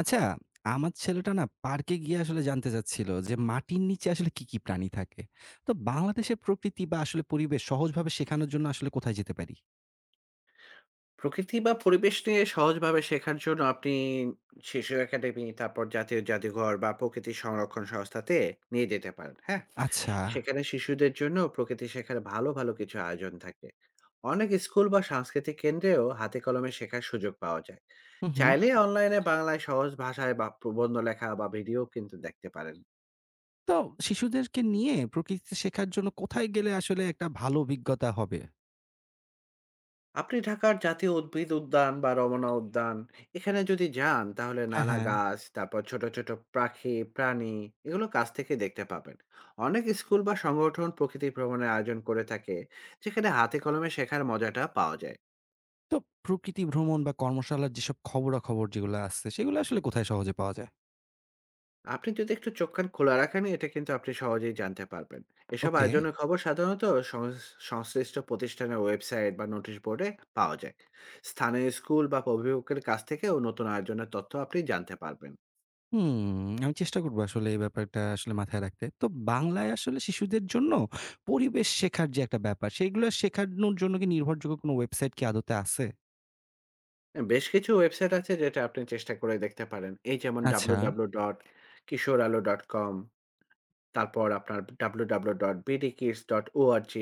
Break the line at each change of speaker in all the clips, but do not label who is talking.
আচ্ছা, আমার ছেলেটা না পার্কে গিয়ে আসলে জানতে চাচ্ছিল যে মাটির নিচে আসলে কি প্রাণী থাকে। তো বাংলাদেশের প্রকৃতি বা আসলে পরিবেশ সহজভাবে শেখানোর জন্য আসলে কোথায় যেতে পারি?
প্রকৃতি বা পরিবেশ নিয়ে সহজভাবে শেখার জন্য আপনি শিশু একাডেমি, তারপর জাতীয় জাদুঘর বা প্রকৃতি সংরক্ষণ সংস্থাতে নিয়ে যেতে পারেন। হ্যাঁ?
আচ্ছা,
সেখানে শিশুদের জন্য প্রকৃতি শেখার ভালো, ভালো কিছু আয়োজন থাকে। অনেক স্কুল বা সাংস্কৃতিক কেন্দ্রেও হাতে কলমে শেখার সুযোগ পাওয়া যায়।
হুম, হুম।
চাইলে অনলাইনে বাংলায় সহজ ভাষায় বা প্রবন্ধ লেখা বা ভিডিও কিন্তু দেখতে পারেন।
তো শিশুদেরকে নিয়ে প্রকৃতিতে শেখার জন্য কোথায় গেলে আসলে একটা ভালো অভিজ্ঞতা হবে?
আপনি ঢাকার জাতীয় উদ্ভিদ উদ্যান বা রমনা উদ্যান এখানে যদি যান তাহলে
হ্যাঁ,
নানা
হ্যাঁ।
গাছ, তারপর ছোট ছোট পাখি প্রাণী এগুলো কাছ থেকে দেখতে পাবেন। অনেক স্কুল বা সংগঠন প্রকৃতি ভ্রমণের আয়োজন করে থাকে, যেখানে হাতে কলমে শেখার মজাটা পাওয়া যায়।
তো প্রকৃতি ভ্রমণ বা কর্মশালার যেসব খবরাখবর যেগুলো আছে সেগুলো আসলে কোথায় সহজে পাওয়া যায়?
আপনি যদি একটু চোখ কান খোলা রাখেন, এটা কিন্তু আপনি সহজেই জানতে পারবেন। এসব
ওকে।
আয়োজনের খবর সাধারণত সংশ্লিষ্ট প্রতিষ্ঠানের ওয়েবসাইট বা নোটিশ বোর্ডে পাওয়া যায়। স্থানীয় স্কুল বা অভিভাবকের কাছ থেকেও নতুন আয়োজনের তথ্য আপনি জানতে পারবেন।
হুম, আমি চেষ্টা করব আসলে এই ব্যাপারটা আসলে মাথায় রাখতে। তো বাংলায় আসলে শিশুদের জন্য পরিবেশ শেখার যে একটা ব্যাপার, সেগুলো শেখানোর জন্য কি নির্ভরযোগ্য কোনো ওয়েবসাইট কি আদতে আছে?
বেশ কিছু ওয়েবসাইট আছে যেটা আপনি চেষ্টা করে দেখতে পারেন। এই যেমন
আচ্ছা।
www.kishorealo.com, তারপর আপনার www.bdkids.org,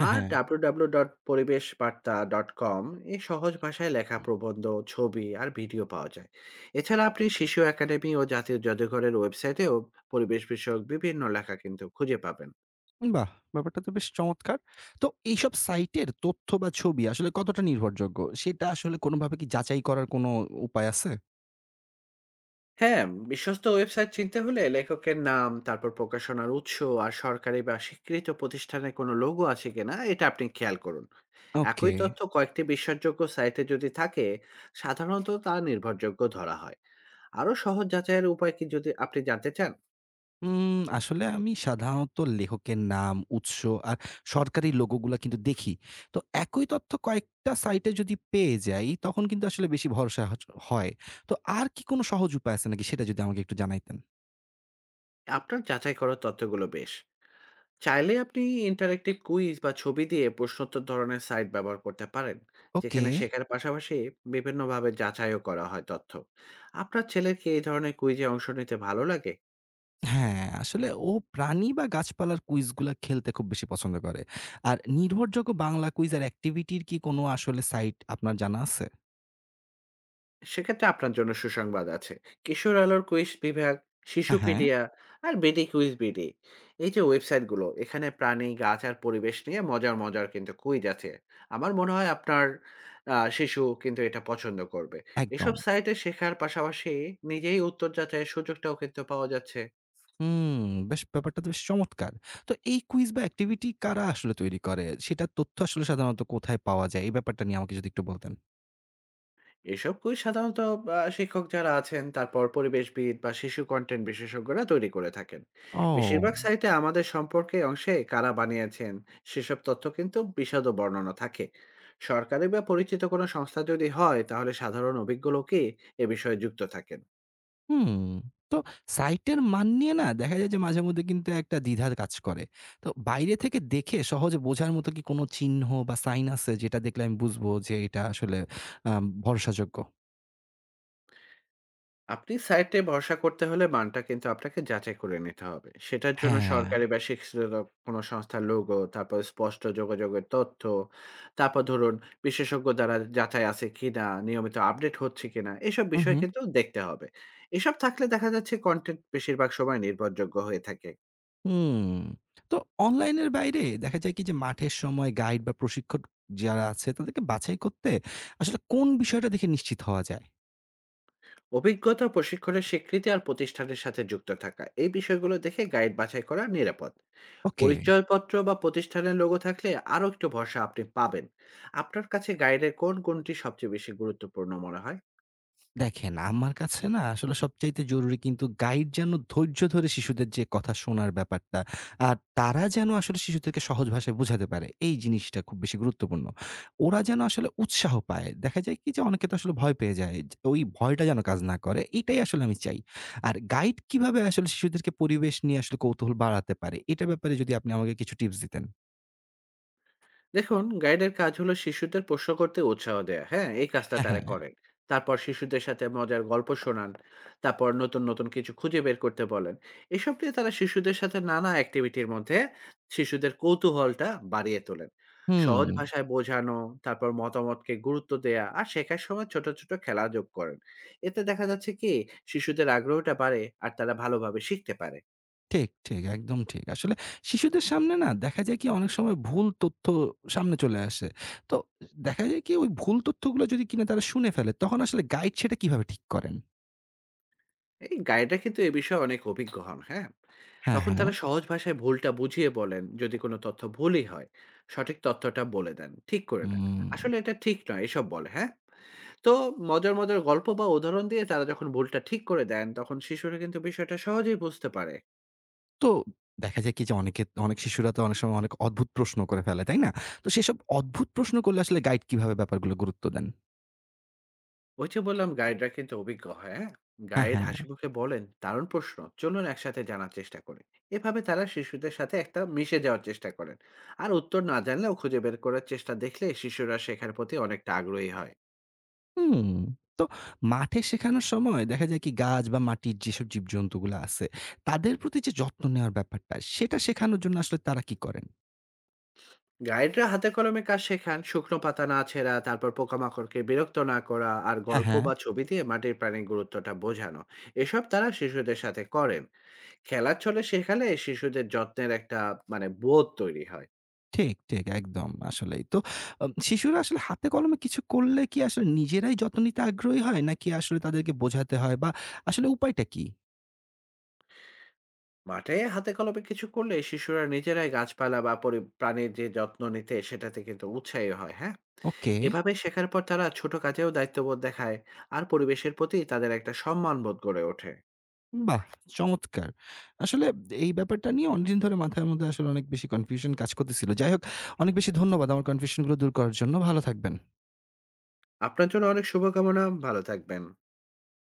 হ্যাঁ,
আর
হ্যাঁ।
www.পরিবেশবার্তা.com। এই সহজ ভাষায় লেখা প্রবন্ধ, ছবি আর ভিডিও পাওয়া যায়। এছাড়া আপনি শিশু একাডেমি ও জাতীয় জাদুঘরের ওয়েবসাইটেও পরিবেশ বিষয়ক বিভিন্ন লেখা কিন্তু খুঁজে পাবেন।
বাহ! ব্যাপারটা তো বেশ চমৎকার। তো এইসব সাইটের তথ্য বা ছবি আসলে কতটা নির্ভরযোগ্য, সেটা আসলে কোনোভাবে কি যাচাই করার কোনো উপায় আছে?
হ্যাঁ, বিশ্বস্ত ওয়েবসাইট চিনতে হলে লেখকের নাম, তারপর প্রকাশনার উৎস, আর সরকারি বা স্বীকৃত প্রতিষ্ঠানের কোনো লোগো আছে কিনা এটা আপনি খেয়াল করুন।
ওকে।
একই তথ্য কয়েকটি বিশ্বাসযোগ্য সাইটে যদি থাকে, সাধারণত তা নির্ভরযোগ্য ধরা হয়। আরও সহজ যাচাইয়ের উপায় কি যদি আপনি জানতে চান?
আসলে আমি সাধারণত লেখকের নাম, উৎস আর সরকারি লোগোগুলা কিন্তু দেখি। তো একই তথ্য কয়েকটা সাইটে যদি পেয়ে যাই, তখন কিন্তু আসলে বেশি ভরসা হয়। তো আর কি কোনো সহজ উপায় আছে নাকি সেটা যদি আমাকে একটু জানাইতেন?
আপনার যাচাই করা তথ্যগুলো বেশ। চাইলে আপনি ইন্টারেক্টিভ কুইজ বা ছবি দিয়ে প্রশ্নোত্তর ধরনের সাইট ব্যবহার করতে পারেন,
ওকে।
যেখানে শেখার পাশাপাশি বিভিন্নভাবে যাচাইও করা হয় তথ্য। আপনার ছেলের কি এই ধরনের কুইজে অংশ নিতে ভালো লাগে?
হ্যাঁ, আসলে ও প্রাণী বা গাছপালার কুইজগুলা খেলতে খুব বেশি পছন্দ করে। আর নির্ভরযোগ্য বাংলা কুইজ আর অ্যাক্টিভিটির কি কোনো আসলে সাইট আপনার জানা আছে?
সেক্ষেত্রে আপনার জন্য সুসংবাদ আছে। কিশোর আলোর কুইজ বিভাগ,
হ্যাঁ, হ্যাঁ,
শিশুপিডিয়া আর বিডি কুইজ বিডি। এই যে ওয়েবসাইটগুলো, এখানে প্রাণী, গাছ আর পরিবেশ নিয়ে মজার, মজার কিন্তু কুইজ আছে। আমার মনে হয় আপনার শিশু কিন্তু এটা পছন্দ করবে।
একদম।
এসব সাইটে শেখার পাশাপাশি নিজেই উত্তর যাচাইয়ের সুযোগটাও কিন্তু পাওয়া যাচ্ছে।
হুম, বেশ ব্যাপারটা তো বেশ চমৎকার। তো এই কুইজ বা অ্যাক্টিভিটি কারা আসলে তৈরি করে? সেটার তথ্য আসলে সাধারণত কোথায় পাওয়া যায়? এই ব্যাপারটা নিয়ে আমাকে যদি একটু বলতেন।
এসব বই সাধারণত শিক্ষক যারা আছেন, তারপর পরিবেশবিদ বা শিশু কনটেন্ট বিশেষজ্ঞরা তৈরি করে থাকেন।
ও!
বেশিরভাগ সাইটে আমাদের সম্পর্কে অংশে কারা বানিয়েছেন, সেসব তথ্য কিন্তু বিশদ বর্ণনা থাকে। সরকারি বা পরিচিত কোনো সংস্থা যদি হয়, তাহলে সাধারণ অভিজ্ঞ লোকই এ বিষয়ে যুক্ত থাকেন।
হুম। তো সাইটের মান নিয়ে না দেখা যায় যে মাঝেমধ্যে কিন্তু একটা দ্বিধা কাজ করে। তো বাইরে থেকে দেখে সহজে বোঝার মতো কি কোনো চিহ্ন বা সাইন আছে যেটা দেখলে আমি বুঝবো যে এটা আসলে আ ভরসাযোগ্য?
আপনি সাইটে ভরসা করতে হলে মানটা কিন্তু আপনাকে যাচাই করে নিতে হবে। সেটার জন্য
হ্যাঁ।
সরকারি বা স্বীকৃত কোনো সংস্থার লোগো, তারপর স্পষ্ট যোগাযোগের তথ্য, তারপর ধরুন বিশেষজ্ঞ দ্বারা যাচাই আছে কিনা, নিয়মিত আপডেট হচ্ছে কিনা, এসব
হু,
বিষয়
হু।
কিন্তু দেখতে হবে। এসব থাকলে দেখা যাচ্ছে কন্টেন্ট বেশিরভাগ সময় নির্ভরযোগ্য হয়ে থাকে।
হুম। তো অনলাইনের বাইরে দেখা যায় কি যে মাঠের সময় গাইড বা প্রশিক্ষক যারা আছে তাদেরকে বাছাই করতে আসলে কোন বিষয়টা দেখে নিশ্চিত হওয়া যায়?
অভিজ্ঞতা, প্রশিক্ষণের স্বীকৃতি আর প্রতিষ্ঠানের সাথে যুক্ত থাকা, এই বিষয়গুলো দেখে গাইড বাছাই করা নিরাপদ।
ওকে।
পরিচয়পত্র বা প্রতিষ্ঠানের লোগো থাকলে আরও একটু ভরসা আপনি পাবেন। আপনার কাছে গাইডের কোন কোনটি সবচেয়ে বেশি গুরুত্বপূর্ণ মনে হয়?
দেখেন, আমার কাছে না আসলে সবচাইতে জরুরি কিন্তু গাইড যেন ধৈর্য ধরে শিশুদের যে কথা শোনার ব্যাপারটা, আর তারা যেন আসলে শিশুদেরকে সহজ ভাষায় বোঝাতে পারে। এই জিনিসটা খুব বেশি গুরুত্বপূর্ণ। ওরা যেন আসলে উৎসাহ পায়। দেখা যায় কি যে অনেকে তো আসলে ভয় পেয়ে যায়। যে ওই ভয়টা যেন কাজ না করে, এটাই আসলে আমি চাই। আর গাইড কিভাবে আসলে শিশুদেরকে পরিবেশ নিয়ে আসলে কৌতূহল বাড়াতে পারে, এটার ব্যাপারে যদি আপনি আমাকে কিছু টিপস দিতেন।
দেখুন, গাইডের কাজ হলো শিশুদের প্রশ্ন করতে উৎসাহ দেয়া। হ্যাঁ, এই কাজটা
হ্যাঁ,
তারা
হ্যাঁ।
করেন। তারপর শিশুদের সাথে মজার গল্প শোনান, তারপর নতুন নতুন কিছু খুঁজে বের করতে বলেন। এসব নিয়ে তারা শিশুদের সাথে নানা অ্যাক্টিভিটির মধ্যে শিশুদের কৌতূহলটা বাড়িয়ে তোলেন।
হুম।
সহজ ভাষায় বোঝানো, তারপর মতামতকে গুরুত্ব দেয়া আর শেখার সময় ছোট ছোট খেলা যোগ করেন। এতে দেখা যাচ্ছে কি শিশুদের আগ্রহটা বাড়ে আর তারা ভালোভাবে শিখতে পারে।
ঠিক, ঠিক। একদম ঠিক। আসলে শিশুদের সামনে না দেখা যায় কি অনেক সময় ভুল তথ্য সামনে চলে আসে। তো দেখা যায় কি ওই ভুল তথ্যগুলো যদি কিনা তারা শুনে ফেলে তখন আসলে গাইড সেটা কিভাবে ঠিক করেন?
এই গাইডরা কিন্তু এ বিষয়ে অনেক অভিজ্ঞ হন। হ্যাঁ,
হ্যাঁ,
তখন
হ্যাঁ।
তারা সহজ ভাষায় ভুলটা বুঝিয়ে বলেন যদি কোনো তথ্য ভুলই হয়। সঠিক তথ্যটা বলে দেন, ঠিক করে নেন।
হুম।
আসলে এটা ঠিক নয় এসব বলে। হ্যাঁ, তো মজার মজার গল্প বা উদাহরণ দিয়ে তারা যখন ভুলটা ঠিক করে দেন, তখন শিশুরা কিন্তু বিষয়টা সহজেই বুঝতে পারে।
তো দেখা যায় কি যে অনেক শিশুরা তো অনেক সময় অনেক অদ্ভুত প্রশ্ন করে ফেলে, তাই না? তো সেসব অদ্ভুত প্রশ্ন করলে আসলে গাইড কিভাবে ব্যাপারগুলো গুরুত্ব দেন?
ওই যে বললাম গাইডরা কিন্তু অভিজ্ঞ হয়। হ্যাঁ,
হ্যাঁ,
গাইড
হ্যাঁ।
হাসিমুখে বলেন দারুণ প্রশ্ন, চলুন একসাথে জানার চেষ্টা করি। এভাবে তারা শিশুদের সাথে একটা মিশে যাওয়ার চেষ্টা করেন। আর উত্তর না জানলেও খুঁজে বের করার চেষ্টা দেখলে শিশুরা শেখার প্রতি অনেকটা আগ্রহী হয়।
হুম, তো মাঠে শেখানোর সময় দেখা যায় কি গাছ বা মাটির যেসব জীবজন্তুগুলো আছে, তাদের প্রতি যে যত্ন নেওয়ার ব্যাপারটা, সেটা শেখানোর জন্য আসলে তারা কি করেন?
গাইডরা হাতে কলমে কাজ শেখান, শুকনো পাতা না ছেঁড়া, তারপর পোকামাকড়কে বিরক্ত না করা, আর
হ্যাঁ,
গল্প
হ্যাঁ।
বা ছবি দিয়ে মাটির প্রাণীর গুরুত্বটা বোঝানো, এসব তারা শিশুদের সাথে করেন। খেলার ছলে শেখালে শিশুদের যত্নের একটা মানে বোধ তৈরি হয়।
ঠিক, ঠিক একদম আসলেই। তো শিশুরা আসলে হাতে কলমে কিছু করলে কি আসলে নিজেরাই যত্ন নিতে আগ্রহী হয়? নাকি আসলে তাদেরকে বোঝাতে হয় বা আসলে উপায়টা কি?
মাঠে হাতে কলমে কিছু করলে শিশুরা নিজেরাই গাছপালা বা প্রাণীর যে যত্ন নিতে সেটাতে কিন্তু উৎসাহী হয়। হ্যাঁ,
ওকে,
এভাবে শেখার পর তারা ছোট কাজেও দায়িত্ববোধ দেখায়। আর পরিবেশের প্রতি তাদের একটা সম্মানবোধ গড়ে ওঠে।
বাহ! চমৎকার। আসলে এই ব্যাপারটা নিয়ে অনেকদিন ধরে মাথার মধ্যে আসলে অনেক বেশি কনফিউশন কাজ করতেছিল। যাই হোক, অনেক বেশি ধন্যবাদ আমার কনফিউশন গুলো দূর করার জন্য। ভালো থাকবেন।
আপনার জন্য অনেক শুভকামনা, ভালো থাকবেন।